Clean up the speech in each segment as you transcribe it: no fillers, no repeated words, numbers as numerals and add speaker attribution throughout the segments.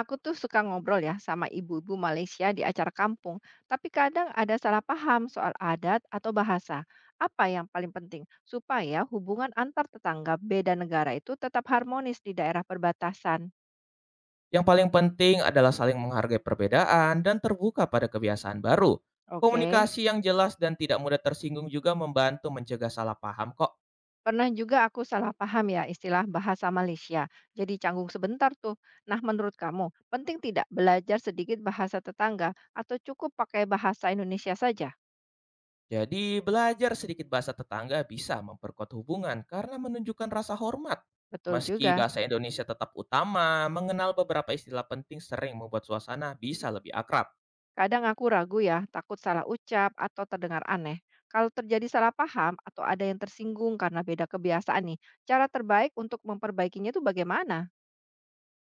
Speaker 1: Aku tuh suka ngobrol ya sama ibu-ibu Malaysia di acara kampung, tapi kadang ada salah paham soal adat atau bahasa. Apa yang paling penting supaya hubungan antar tetangga beda negara itu tetap harmonis di daerah perbatasan?
Speaker 2: Yang paling penting adalah saling menghargai perbedaan dan terbuka pada kebiasaan baru.
Speaker 1: Oke.
Speaker 2: Komunikasi yang jelas dan tidak mudah tersinggung juga membantu mencegah salah paham kok.
Speaker 1: Pernah juga aku salah paham ya istilah bahasa Malaysia. Jadi canggung sebentar tuh. Nah, menurut kamu, penting tidak belajar sedikit bahasa tetangga atau cukup pakai bahasa Indonesia saja?
Speaker 2: Jadi, belajar sedikit bahasa tetangga bisa memperkuat hubungan karena menunjukkan rasa hormat.
Speaker 1: Betul
Speaker 2: Meski
Speaker 1: juga.
Speaker 2: bahasa Indonesia tetap utama, mengenal beberapa istilah penting sering membuat suasana bisa lebih akrab.
Speaker 1: Kadang aku ragu ya, takut salah ucap atau terdengar aneh. Kalau terjadi salah paham atau ada yang tersinggung karena beda kebiasaan nih, cara terbaik untuk memperbaikinya itu bagaimana?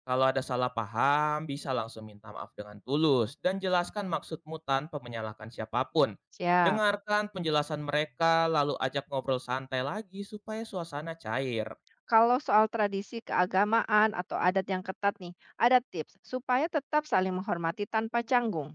Speaker 2: Kalau ada salah paham, bisa langsung minta maaf dengan tulus dan jelaskan maksudmu tanpa menyalahkan siapapun.
Speaker 1: Siap.
Speaker 2: Dengarkan penjelasan mereka, lalu ajak ngobrol santai lagi supaya suasana cair.
Speaker 1: Kalau soal tradisi keagamaan atau adat yang ketat nih, ada tips supaya tetap saling menghormati tanpa canggung.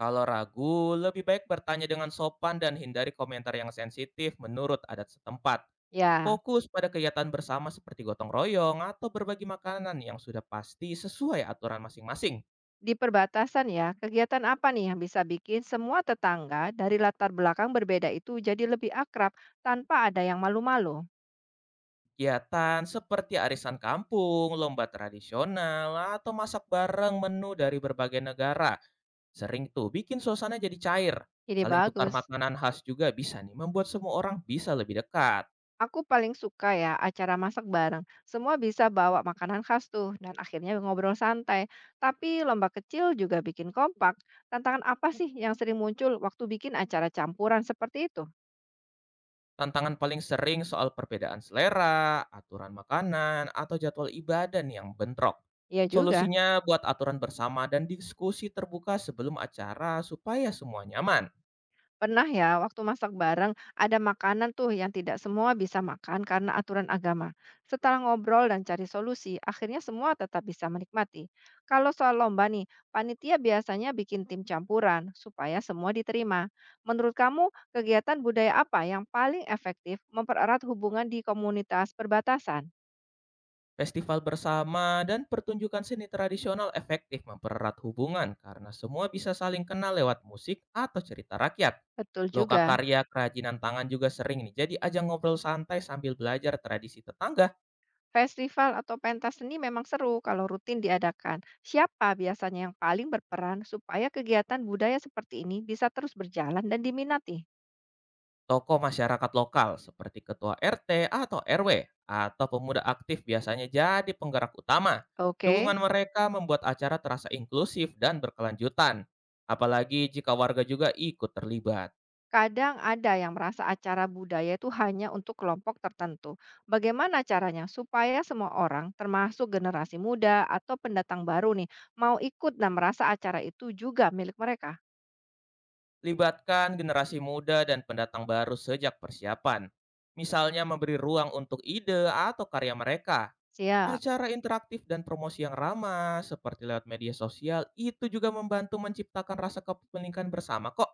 Speaker 2: Kalau ragu, lebih baik bertanya dengan sopan dan hindari komentar yang sensitif menurut adat setempat.
Speaker 1: Ya,
Speaker 2: Fokus pada kegiatan bersama seperti gotong royong atau berbagi makanan yang sudah pasti sesuai aturan masing-masing.
Speaker 1: di perbatasan ya, kegiatan apa nih yang bisa bikin semua tetangga dari latar belakang berbeda itu jadi lebih akrab tanpa ada yang malu-malu?
Speaker 2: Kegiatan seperti arisan kampung, lomba tradisional, atau masak bareng menu dari berbagai negara sering tuh bikin suasana jadi cair.
Speaker 1: Ini
Speaker 2: Saling tukar
Speaker 1: bagus.
Speaker 2: makanan khas juga bisa nih membuat semua orang bisa lebih dekat.
Speaker 1: Aku paling suka ya acara masak bareng. Semua bisa bawa makanan khas tuh dan akhirnya ngobrol santai. Tapi lomba kecil juga bikin kompak. Tantangan apa sih yang sering muncul waktu bikin acara campuran seperti itu?
Speaker 2: Tantangan paling sering soal perbedaan selera, aturan makanan, atau jadwal ibadah nih yang bentrok.
Speaker 1: Iya juga.
Speaker 2: Solusinya buat aturan bersama dan diskusi terbuka sebelum acara supaya semua nyaman.
Speaker 1: Pernah ya, waktu masak bareng, ada makanan tuh yang tidak semua bisa makan karena aturan agama. Setelah ngobrol dan cari solusi, akhirnya semua tetap bisa menikmati. Kalau soal lomba nih, panitia biasanya bikin tim campuran supaya semua diterima. Menurut kamu, kegiatan budaya apa yang paling efektif mempererat hubungan di komunitas perbatasan?
Speaker 2: Festival bersama dan pertunjukan seni tradisional efektif mempererat hubungan karena semua bisa saling kenal lewat musik atau cerita rakyat.
Speaker 1: Betul juga.
Speaker 2: Lokakarya kerajinan tangan juga sering nih jadi ajang ngobrol santai sambil belajar tradisi tetangga.
Speaker 1: Festival atau pentas seni memang seru kalau rutin diadakan. Siapa biasanya yang paling berperan supaya kegiatan budaya seperti ini bisa terus berjalan dan diminati?
Speaker 2: Tokoh masyarakat lokal seperti ketua RT atau RW, atau pemuda aktif biasanya jadi penggerak utama.
Speaker 1: Oke,
Speaker 2: Dukungan mereka membuat acara terasa inklusif dan berkelanjutan, apalagi jika warga juga ikut terlibat.
Speaker 1: kadang ada yang merasa acara budaya itu hanya untuk kelompok tertentu. Bagaimana caranya supaya semua orang, termasuk generasi muda atau pendatang baru nih, mau ikut dan merasa acara itu juga milik mereka?
Speaker 2: Libatkan generasi muda dan pendatang baru sejak persiapan. Misalnya memberi ruang untuk ide atau karya mereka.
Speaker 1: Siap.
Speaker 2: Acara interaktif dan promosi yang ramah seperti lewat media sosial itu juga membantu menciptakan rasa kepemilikan bersama kok.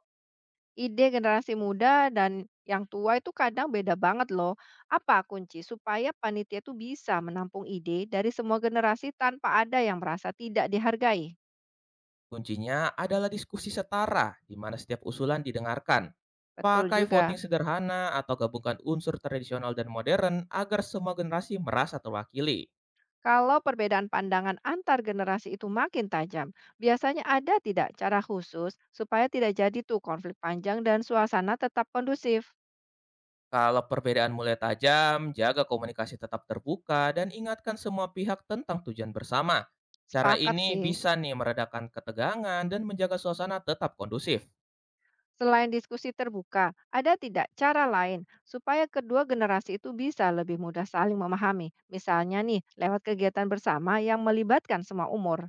Speaker 1: Ide generasi muda dan yang tua itu kadang beda banget loh. Apa kunci supaya panitia itu bisa menampung ide dari semua generasi tanpa ada yang merasa tidak dihargai?
Speaker 2: Kuncinya adalah diskusi setara di mana setiap usulan didengarkan.
Speaker 1: Betul
Speaker 2: Pakai
Speaker 1: juga.
Speaker 2: voting sederhana atau gabungkan unsur tradisional dan modern agar semua generasi merasa terwakili.
Speaker 1: Kalau perbedaan pandangan antar generasi itu makin tajam, biasanya ada tidak cara khusus supaya tidak jadi tuh konflik panjang dan suasana tetap kondusif?
Speaker 2: Kalau perbedaan mulai tajam, jaga komunikasi tetap terbuka dan ingatkan semua pihak tentang tujuan bersama. Cara
Speaker 1: Sepakat
Speaker 2: ini
Speaker 1: sih.
Speaker 2: bisa nih meredakan ketegangan dan menjaga suasana tetap kondusif.
Speaker 1: Selain diskusi terbuka, ada tidak cara lain supaya kedua generasi itu bisa lebih mudah saling memahami? Misalnya nih, lewat kegiatan bersama yang melibatkan semua umur.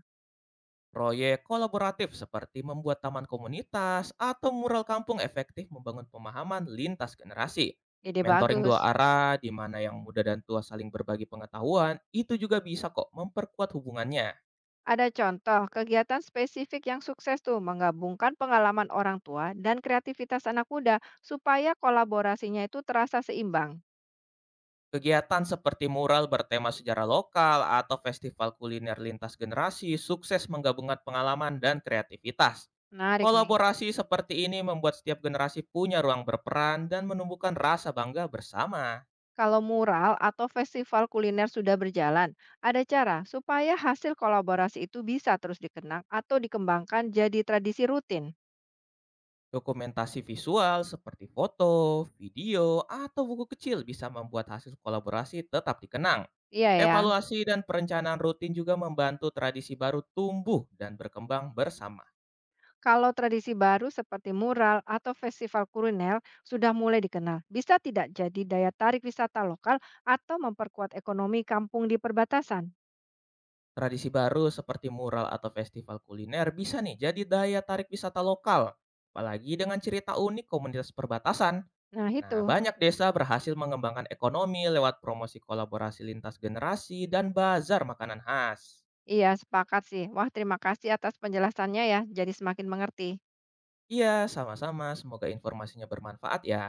Speaker 2: Proyek kolaboratif seperti membuat taman komunitas atau mural kampung efektif membangun pemahaman lintas generasi.
Speaker 1: Ide
Speaker 2: Mentoring dua
Speaker 1: bagus.
Speaker 2: arah, di mana yang muda dan tua saling berbagi pengetahuan, itu juga bisa kok memperkuat hubungannya.
Speaker 1: Ada contoh kegiatan spesifik yang sukses tuh menggabungkan pengalaman orang tua dan kreativitas anak muda supaya kolaborasinya itu terasa seimbang.
Speaker 2: Kegiatan seperti mural bertema sejarah lokal atau festival kuliner lintas generasi sukses menggabungkan pengalaman dan kreativitas.
Speaker 1: Menarik nih.
Speaker 2: Kolaborasi seperti ini membuat setiap generasi punya ruang berperan dan menumbuhkan rasa bangga bersama.
Speaker 1: Kalau mural atau festival kuliner sudah berjalan, ada cara supaya hasil kolaborasi itu bisa terus dikenang atau dikembangkan jadi tradisi rutin.
Speaker 2: Dokumentasi visual seperti foto, video, atau buku kecil bisa membuat hasil kolaborasi tetap dikenang.
Speaker 1: Iya ya,
Speaker 2: Evaluasi dan perencanaan rutin juga membantu tradisi baru tumbuh dan berkembang bersama.
Speaker 1: kalau tradisi baru seperti mural atau festival kuliner sudah mulai dikenal, bisa tidak jadi daya tarik wisata lokal atau memperkuat ekonomi kampung di perbatasan.
Speaker 2: Tradisi baru seperti mural atau festival kuliner bisa nih jadi daya tarik wisata lokal, apalagi dengan cerita unik komunitas perbatasan.
Speaker 1: Nah
Speaker 2: Nah,
Speaker 1: itu,
Speaker 2: banyak desa berhasil mengembangkan ekonomi lewat promosi kolaborasi lintas generasi dan bazar makanan khas.
Speaker 1: iya sepakat sih. Wah terima kasih atas penjelasannya ya, jadi semakin mengerti.
Speaker 2: Iya, sama-sama. Semoga informasinya bermanfaat ya.